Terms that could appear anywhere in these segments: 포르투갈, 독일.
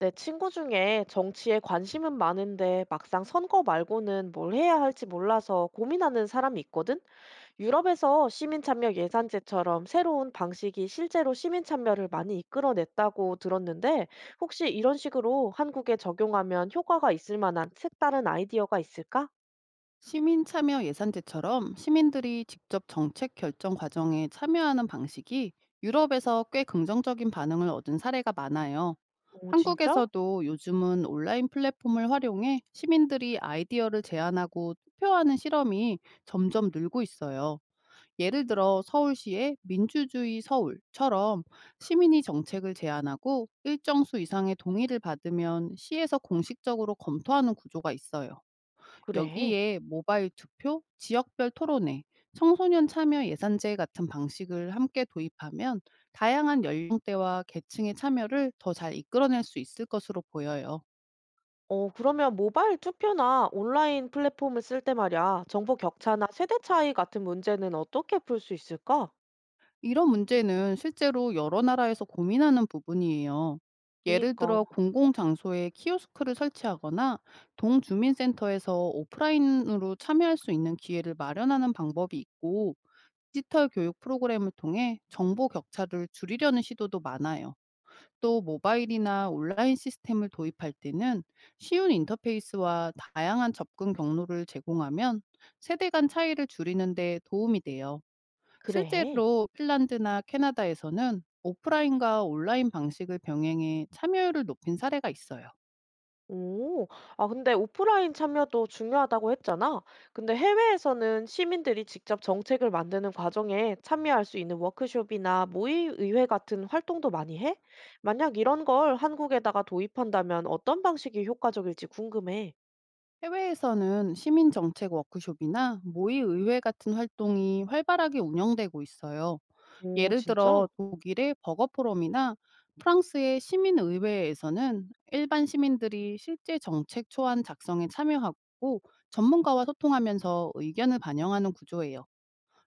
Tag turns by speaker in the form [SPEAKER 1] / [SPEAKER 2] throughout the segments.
[SPEAKER 1] 내 친구 중에 정치에 관심은 많은데 막상 선거 말고는 뭘 해야 할지 몰라서 고민하는 사람이 있거든? 유럽에서 시민참여 예산제처럼 새로운 방식이 실제로 시민참여를 많이 이끌어냈다고 들었는데 혹시 이런 식으로 한국에 적용하면 효과가 있을 만한 색다른 아이디어가 있을까?
[SPEAKER 2] 시민 참여 예산제처럼 시민들이 직접 정책 결정 과정에 참여하는 방식이 유럽에서 꽤 긍정적인 반응을 얻은 사례가 많아요.
[SPEAKER 1] 오, 진짜?
[SPEAKER 2] 한국에서도 요즘은 온라인 플랫폼을 활용해 시민들이 아이디어를 제안하고 투표하는 실험이 점점 늘고 있어요. 예를 들어 서울시의 민주주의 서울처럼 시민이 정책을 제안하고 일정 수 이상의 동의를 받으면 시에서 공식적으로 검토하는 구조가 있어요.
[SPEAKER 1] 그래.
[SPEAKER 2] 여기에 모바일 투표, 지역별 토론회, 청소년 참여 예산제 같은 방식을 함께 도입하면 다양한 연령대와 계층의 참여를 더 잘 이끌어낼 수 있을 것으로 보여요.
[SPEAKER 1] 그러면 모바일 투표나 온라인 플랫폼을 쓸 때 말이야, 정보 격차나 세대 차이 같은 문제는 어떻게 풀 수 있을까?
[SPEAKER 2] 이런 문제는 실제로 여러 나라에서 고민하는 부분이에요. 예를 들어
[SPEAKER 1] 그니까.
[SPEAKER 2] 공공장소에 키오스크를 설치하거나 동주민센터에서 오프라인으로 참여할 수 있는 기회를 마련하는 방법이 있고, 디지털 교육 프로그램을 통해 정보 격차를 줄이려는 시도도 많아요. 또 모바일이나 온라인 시스템을 도입할 때는 쉬운 인터페이스와 다양한 접근 경로를 제공하면 세대 간 차이를 줄이는 데 도움이 돼요.
[SPEAKER 1] 그래?
[SPEAKER 2] 실제로 핀란드나 캐나다에서는 오프라인과 온라인 방식을 병행해 참여율을 높인 사례가 있어요.
[SPEAKER 1] 오, 아, 근데 오프라인 참여도 중요하다고 했잖아. 근데 해외에서는 시민들이 직접 정책을 만드는 과정에 참여할 수 있는 워크숍이나 모의 의회 같은 활동도 많이 해? 만약 이런 걸 한국에다가 도입한다면 어떤 방식이 효과적일지 궁금해.
[SPEAKER 2] 해외에서는 시민 정책 워크숍이나 모의 의회 같은 활동이 활발하게 운영되고 있어요.
[SPEAKER 1] 오,
[SPEAKER 2] 예를 들어
[SPEAKER 1] 진짜?
[SPEAKER 2] 독일의 버거 포럼이나 프랑스의 시민 의회에서는 일반 시민들이 실제 정책 초안 작성에 참여하고 전문가와 소통하면서 의견을 반영하는 구조예요.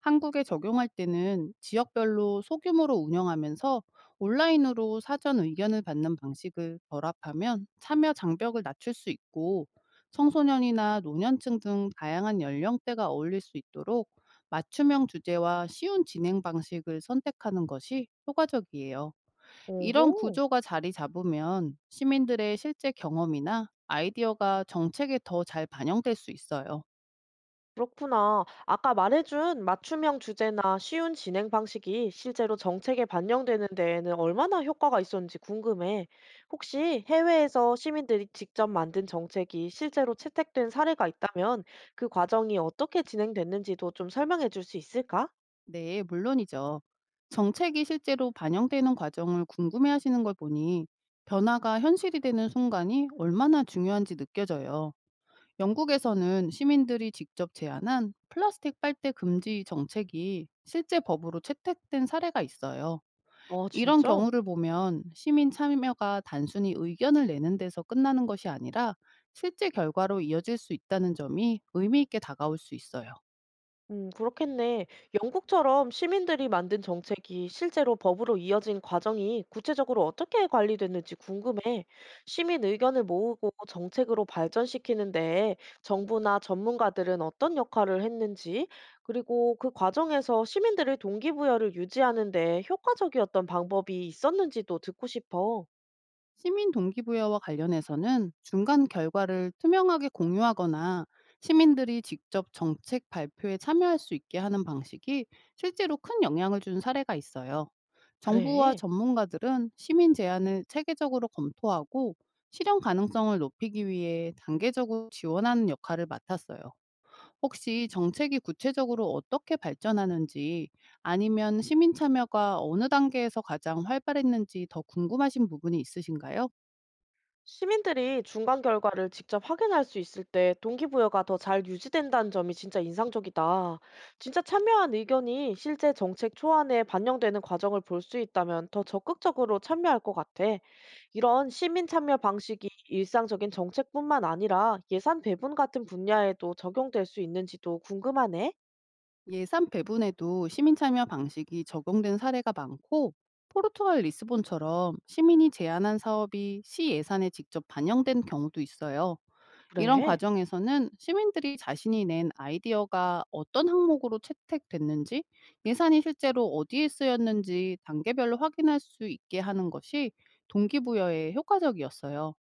[SPEAKER 2] 한국에 적용할 때는 지역별로 소규모로 운영하면서 온라인으로 사전 의견을 받는 방식을 결합하면 참여 장벽을 낮출 수 있고, 청소년이나 노년층 등 다양한 연령대가 어울릴 수 있도록 맞춤형 주제와 쉬운 진행 방식을 선택하는 것이 효과적이에요. 이런
[SPEAKER 1] 오호.
[SPEAKER 2] 구조가 자리 잡으면 시민들의 실제 경험이나 아이디어가 정책에 더 잘 반영될 수 있어요.
[SPEAKER 1] 그렇구나. 아까 말해준 맞춤형 주제나 쉬운 진행 방식이 실제로 정책에 반영되는 데에는 얼마나 효과가 있었는지 궁금해. 혹시 해외에서 시민들이 직접 만든 정책이 실제로 채택된 사례가 있다면 그 과정이 어떻게 진행됐는지도 좀 설명해 줄 수 있을까?
[SPEAKER 2] 네, 물론이죠. 정책이 실제로 반영되는 과정을 궁금해하시는 걸 보니 변화가 현실이 되는 순간이 얼마나 중요한지 느껴져요. 영국에서는 시민들이 직접 제안한 플라스틱 빨대 금지 정책이 실제 법으로 채택된 사례가 있어요.
[SPEAKER 1] 어,
[SPEAKER 2] 이런
[SPEAKER 1] 진짜?
[SPEAKER 2] 경우를 보면 시민 참여가 단순히 의견을 내는 데서 끝나는 것이 아니라 실제 결과로 이어질 수 있다는 점이 의미 있게 다가올 수 있어요.
[SPEAKER 1] 그렇겠네. 영국처럼 시민들이 만든 정책이 실제로 법으로 이어진 과정이 구체적으로 어떻게 관리됐는지 궁금해. 시민 의견을 모으고 정책으로 발전시키는데 정부나 전문가들은 어떤 역할을 했는지, 그리고 그 과정에서 시민들의 동기부여를 유지하는 데 효과적이었던 방법이 있었는지도 듣고 싶어.
[SPEAKER 2] 시민 동기부여와 관련해서는 중간 결과를 투명하게 공유하거나 시민들이 직접 정책 발표에 참여할 수 있게 하는 방식이 실제로 큰 영향을 준 사례가 있어요. 정부와
[SPEAKER 1] 그래.
[SPEAKER 2] 전문가들은 시민 제안을 체계적으로 검토하고 실현 가능성을 높이기 위해 단계적으로 지원하는 역할을 맡았어요. 혹시 정책이 구체적으로 어떻게 발전하는지, 아니면 시민 참여가 어느 단계에서 가장 활발했는지 더 궁금하신 부분이 있으신가요?
[SPEAKER 1] 시민들이 중간 결과를 직접 확인할 수 있을 때 동기부여가 더 잘 유지된다는 점이 진짜 인상적이다. 진짜 참여한 의견이 실제 정책 초안에 반영되는 과정을 볼 수 있다면 더 적극적으로 참여할 것 같아. 이런 시민 참여 방식이 일상적인 정책뿐만 아니라 예산 배분 같은 분야에도 적용될 수 있는지도 궁금하네.
[SPEAKER 2] 예산 배분에도 시민 참여 방식이 적용된 사례가 많고, 포르투갈 리스본처럼 시민이 제안한 사업이 시 예산에 직접 반영된 경우도 있어요. 이런
[SPEAKER 1] 그래.
[SPEAKER 2] 과정에서는 시민들이 자신이 낸 아이디어가 어떤 항목으로 채택됐는지, 예산이 실제로 어디에 쓰였는지 단계별로 확인할 수 있게 하는 것이 동기부여에 효과적이었어요.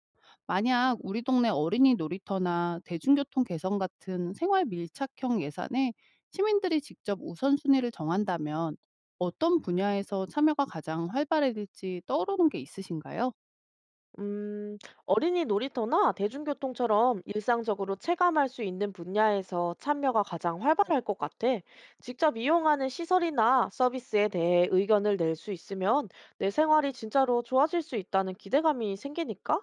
[SPEAKER 2] 만약 우리 동네 어린이 놀이터나 대중교통 개선 같은 생활 밀착형 예산에 시민들이 직접 우선순위를 정한다면 어떤 분야에서 참여가 가장 활발해질지 떠오르는 게 있으신가요?
[SPEAKER 1] 음, 어린이 놀이터나 대중교통처럼 일상적으로 체감할 수 있는 분야에서 참여가 가장 활발할 것 같아. 직접 이용하는 시설이나 서비스에 대해 의견을 낼 수 있으면 내 생활이 진짜로 좋아질 수 있다는 기대감이 생기니까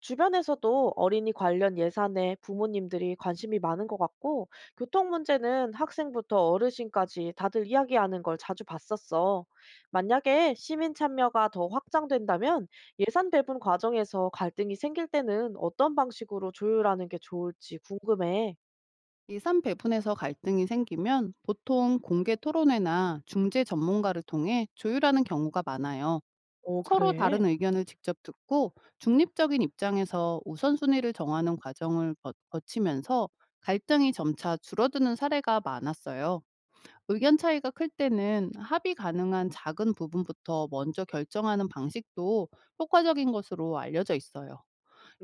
[SPEAKER 1] 주변에서도 어린이 관련 예산에 부모님들이 관심이 많은 것 같고 교통 문제는 학생부터 어르신까지 다들 이야기하는 걸 자주 봤었어. 만약에 시민 참여가 더 확장된다면 예산 배분 과정에서 갈등이 생길 때는 어떤 방식으로 조율하는 게 좋을지 궁금해.
[SPEAKER 2] 예산 배분에서 갈등이 생기면 보통 공개 토론회나 중재 전문가를 통해 조율하는 경우가 많아요.
[SPEAKER 1] 어,
[SPEAKER 2] 서로 다른
[SPEAKER 1] 그래?
[SPEAKER 2] 의견을 직접 듣고 중립적인 입장에서 우선순위를 정하는 과정을 거치면서 갈등이 점차 줄어드는 사례가 많았어요. 의견 차이가 클 때는 합의 가능한 작은 부분부터 먼저 결정하는 방식도 효과적인 것으로 알려져 있어요.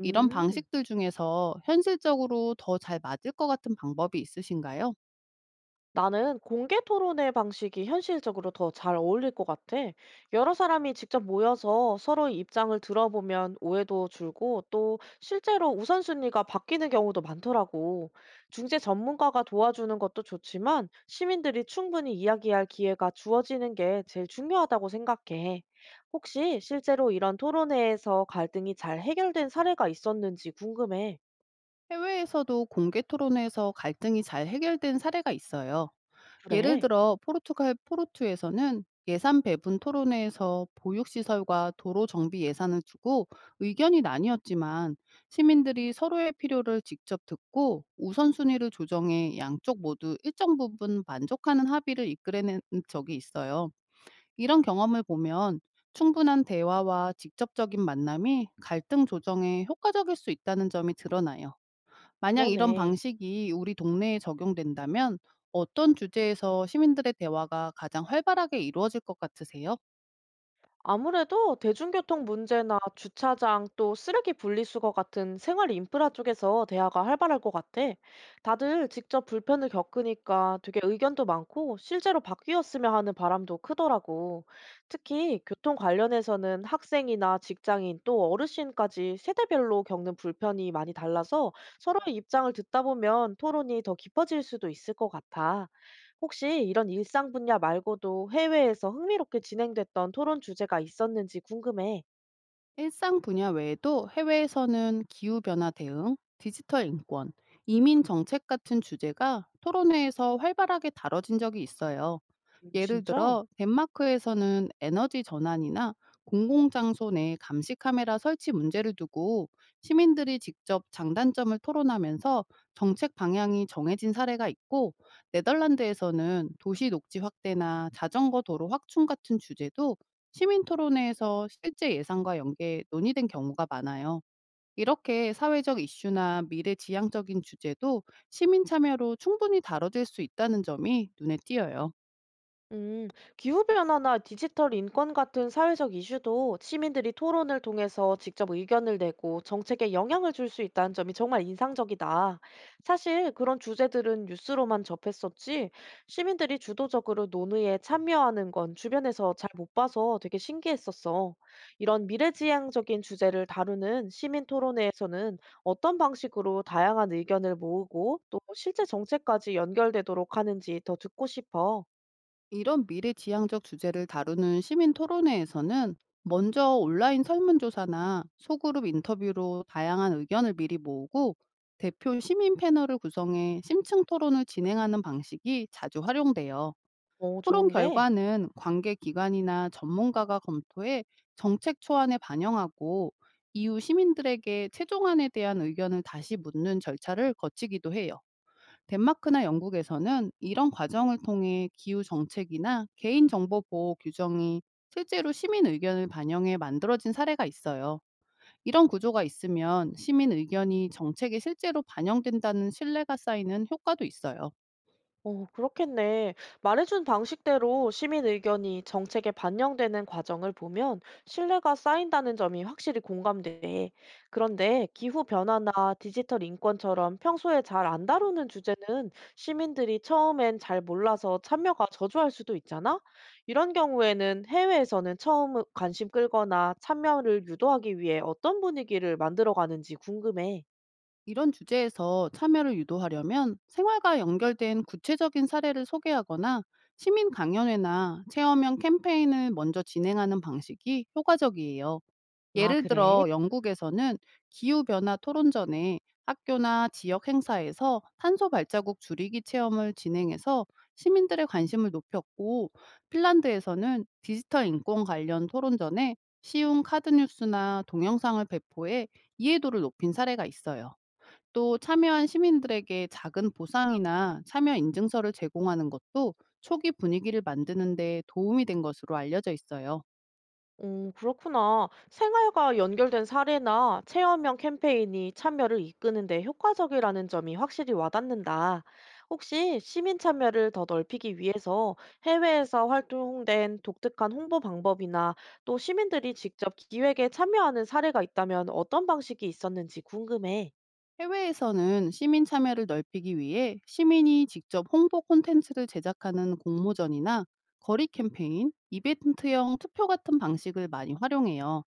[SPEAKER 2] 이런 방식들 중에서 현실적으로 더 잘 맞을 것 같은 방법이 있으신가요?
[SPEAKER 1] 나는 공개 토론의 방식이 현실적으로 더 잘 어울릴 것 같아. 여러 사람이 직접 모여서 서로의 입장을 들어보면 오해도 줄고 또 실제로 우선순위가 바뀌는 경우도 많더라고. 중재 전문가가 도와주는 것도 좋지만 시민들이 충분히 이야기할 기회가 주어지는 게 제일 중요하다고 생각해. 혹시 실제로 이런 토론회에서 갈등이 잘 해결된 사례가 있었는지 궁금해.
[SPEAKER 2] 해외에서도 공개 토론에서 갈등이 잘 해결된 사례가 있어요. 예를
[SPEAKER 1] 그래,
[SPEAKER 2] 들어 포르투갈 포르투에서는 예산 배분 토론회에서 보육시설과 도로 정비 예산을 주고 의견이 나뉘었지만, 시민들이 서로의 필요를 직접 듣고 우선순위를 조정해 양쪽 모두 일정 부분 만족하는 합의를 이끌어낸 적이 있어요. 이런 경험을 보면 충분한 대화와 직접적인 만남이 갈등 조정에 효과적일 수 있다는 점이 드러나요. 만약 이런
[SPEAKER 1] 그러네.
[SPEAKER 2] 방식이 우리 동네에 적용된다면 어떤 주제에서 시민들의 대화가 가장 활발하게 이루어질 것 같으세요?
[SPEAKER 1] 아무래도 대중교통 문제나 주차장 또 쓰레기 분리수거 같은 생활 인프라 쪽에서 대화가 활발할 것 같아. 다들 직접 불편을 겪으니까 되게 의견도 많고 실제로 바뀌었으면 하는 바람도 크더라고. 특히 교통 관련해서는 학생이나 직장인 또 어르신까지 세대별로 겪는 불편이 많이 달라서 서로의 입장을 듣다 보면 토론이 더 깊어질 수도 있을 것 같아. 혹시 이런 일상 분야 말고도 해외에서 흥미롭게 진행됐던 토론 주제가 있었는지 궁금해.
[SPEAKER 2] 일상 분야 외에도 해외에서는 기후변화 대응, 디지털 인권, 이민 정책 같은 주제가 토론회에서 활발하게 다뤄진 적이 있어요. 예를
[SPEAKER 1] 진짜?
[SPEAKER 2] 들어 덴마크에서는 에너지 전환이나 공공장소 내 감시 카메라 설치 문제를 두고 시민들이 직접 장단점을 토론하면서 정책 방향이 정해진 사례가 있고, 네덜란드에서는 도시 녹지 확대나 자전거 도로 확충 같은 주제도 시민 토론회에서 실제 예산과 연계 논의된 경우가 많아요. 이렇게 사회적 이슈나 미래 지향적인 주제도 시민 참여로 충분히 다뤄질 수 있다는 점이 눈에 띄어요.
[SPEAKER 1] 음, 기후변화나 디지털 인권 같은 사회적 이슈도 시민들이 토론을 통해서 직접 의견을 내고 정책에 영향을 줄 수 있다는 점이 정말 인상적이다. 사실 그런 주제들은 뉴스로만 접했었지, 시민들이 주도적으로 논의에 참여하는 건 주변에서 잘 못 봐서 되게 신기했었어. 이런 미래지향적인 주제를 다루는 시민 토론회에서는 어떤 방식으로 다양한 의견을 모으고 또 실제 정책까지 연결되도록 하는지 더 듣고 싶어.
[SPEAKER 2] 이런 미래지향적 주제를 다루는 시민 토론회에서는 먼저 온라인 설문조사나 소그룹 인터뷰로 다양한 의견을 미리 모으고, 대표 시민 패널을 구성해 심층 토론을 진행하는 방식이 자주 활용돼요.
[SPEAKER 1] 어,
[SPEAKER 2] 토론
[SPEAKER 1] 좋은데?
[SPEAKER 2] 결과는 관계 기관이나 전문가가 검토해 정책 초안에 반영하고, 이후 시민들에게 최종안에 대한 의견을 다시 묻는 절차를 거치기도 해요. 덴마크나 영국에서는 이런 과정을 통해 기후 정책이나 개인정보 보호 규정이 실제로 시민 의견을 반영해 만들어진 사례가 있어요. 이런 구조가 있으면 시민 의견이 정책에 실제로 반영된다는 신뢰가 쌓이는 효과도 있어요.
[SPEAKER 1] 어, 그렇겠네. 말해준 방식대로 시민 의견이 정책에 반영되는 과정을 보면 신뢰가 쌓인다는 점이 확실히 공감돼. 그런데 기후 변화나 디지털 인권처럼 평소에 잘 안 다루는 주제는 시민들이 처음엔 잘 몰라서 참여가 저조할 수도 있잖아? 이런 경우에는 해외에서는 처음 관심 끌거나 참여를 유도하기 위해 어떤 분위기를 만들어 가는지 궁금해.
[SPEAKER 2] 이런 주제에서 참여를 유도하려면 생활과 연결된 구체적인 사례를 소개하거나 시민 강연회나 체험형 캠페인을 먼저 진행하는 방식이 효과적이에요.
[SPEAKER 1] 아,
[SPEAKER 2] 예를
[SPEAKER 1] 그래?
[SPEAKER 2] 들어 영국에서는 기후변화 토론전에 학교나 지역 행사에서 탄소 발자국 줄이기 체험을 진행해서 시민들의 관심을 높였고, 핀란드에서는 디지털 인권 관련 토론전에 쉬운 카드 뉴스나 동영상을 배포해 이해도를 높인 사례가 있어요. 또 참여한 시민들에게 작은 보상이나 참여 인증서를 제공하는 것도 초기 분위기를 만드는 데 도움이 된 것으로 알려져 있어요.
[SPEAKER 1] 그렇구나. 생활과 연결된 사례나 체험형 캠페인이 참여를 이끄는 데 효과적이라는 점이 확실히 와닿는다. 혹시 시민 참여를 더 넓히기 위해서 해외에서 활동된 독특한 홍보 방법이나 또 시민들이 직접 기획에 참여하는 사례가 있다면 어떤 방식이 있었는지 궁금해.
[SPEAKER 2] 해외에서는 시민 참여를 넓히기 위해 시민이 직접 홍보 콘텐츠를 제작하는 공모전이나 거리 캠페인, 이벤트형 투표 같은 방식을 많이 활용해요.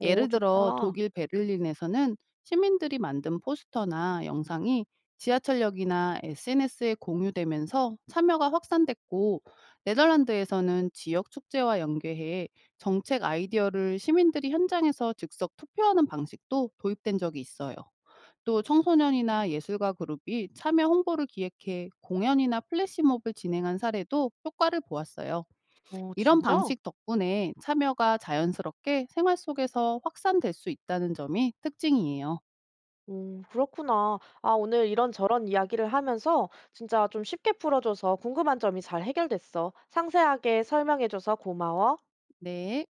[SPEAKER 1] 오,
[SPEAKER 2] 예를 들어
[SPEAKER 1] 좋다.
[SPEAKER 2] 독일 베를린에서는 시민들이 만든 포스터나 영상이 지하철역이나 SNS에 공유되면서 참여가 확산됐고, 네덜란드에서는 지역 축제와 연계해 정책 아이디어를 시민들이 현장에서 즉석 투표하는 방식도 도입된 적이 있어요. 또 청소년이나 예술가 그룹이 참여 홍보를 기획해 공연이나 플래시몹을 진행한 사례도 효과를 보았어요.
[SPEAKER 1] 어,
[SPEAKER 2] 이런
[SPEAKER 1] 진짜?
[SPEAKER 2] 방식 덕분에 참여가 자연스럽게 생활 속에서 확산될 수 있다는 점이 특징이에요.
[SPEAKER 1] 그렇구나. 아, 오늘 이런저런 이야기를 하면서 진짜 좀 쉽게 풀어줘서 궁금한 점이 잘 해결됐어. 상세하게 설명해줘서 고마워.
[SPEAKER 2] 네.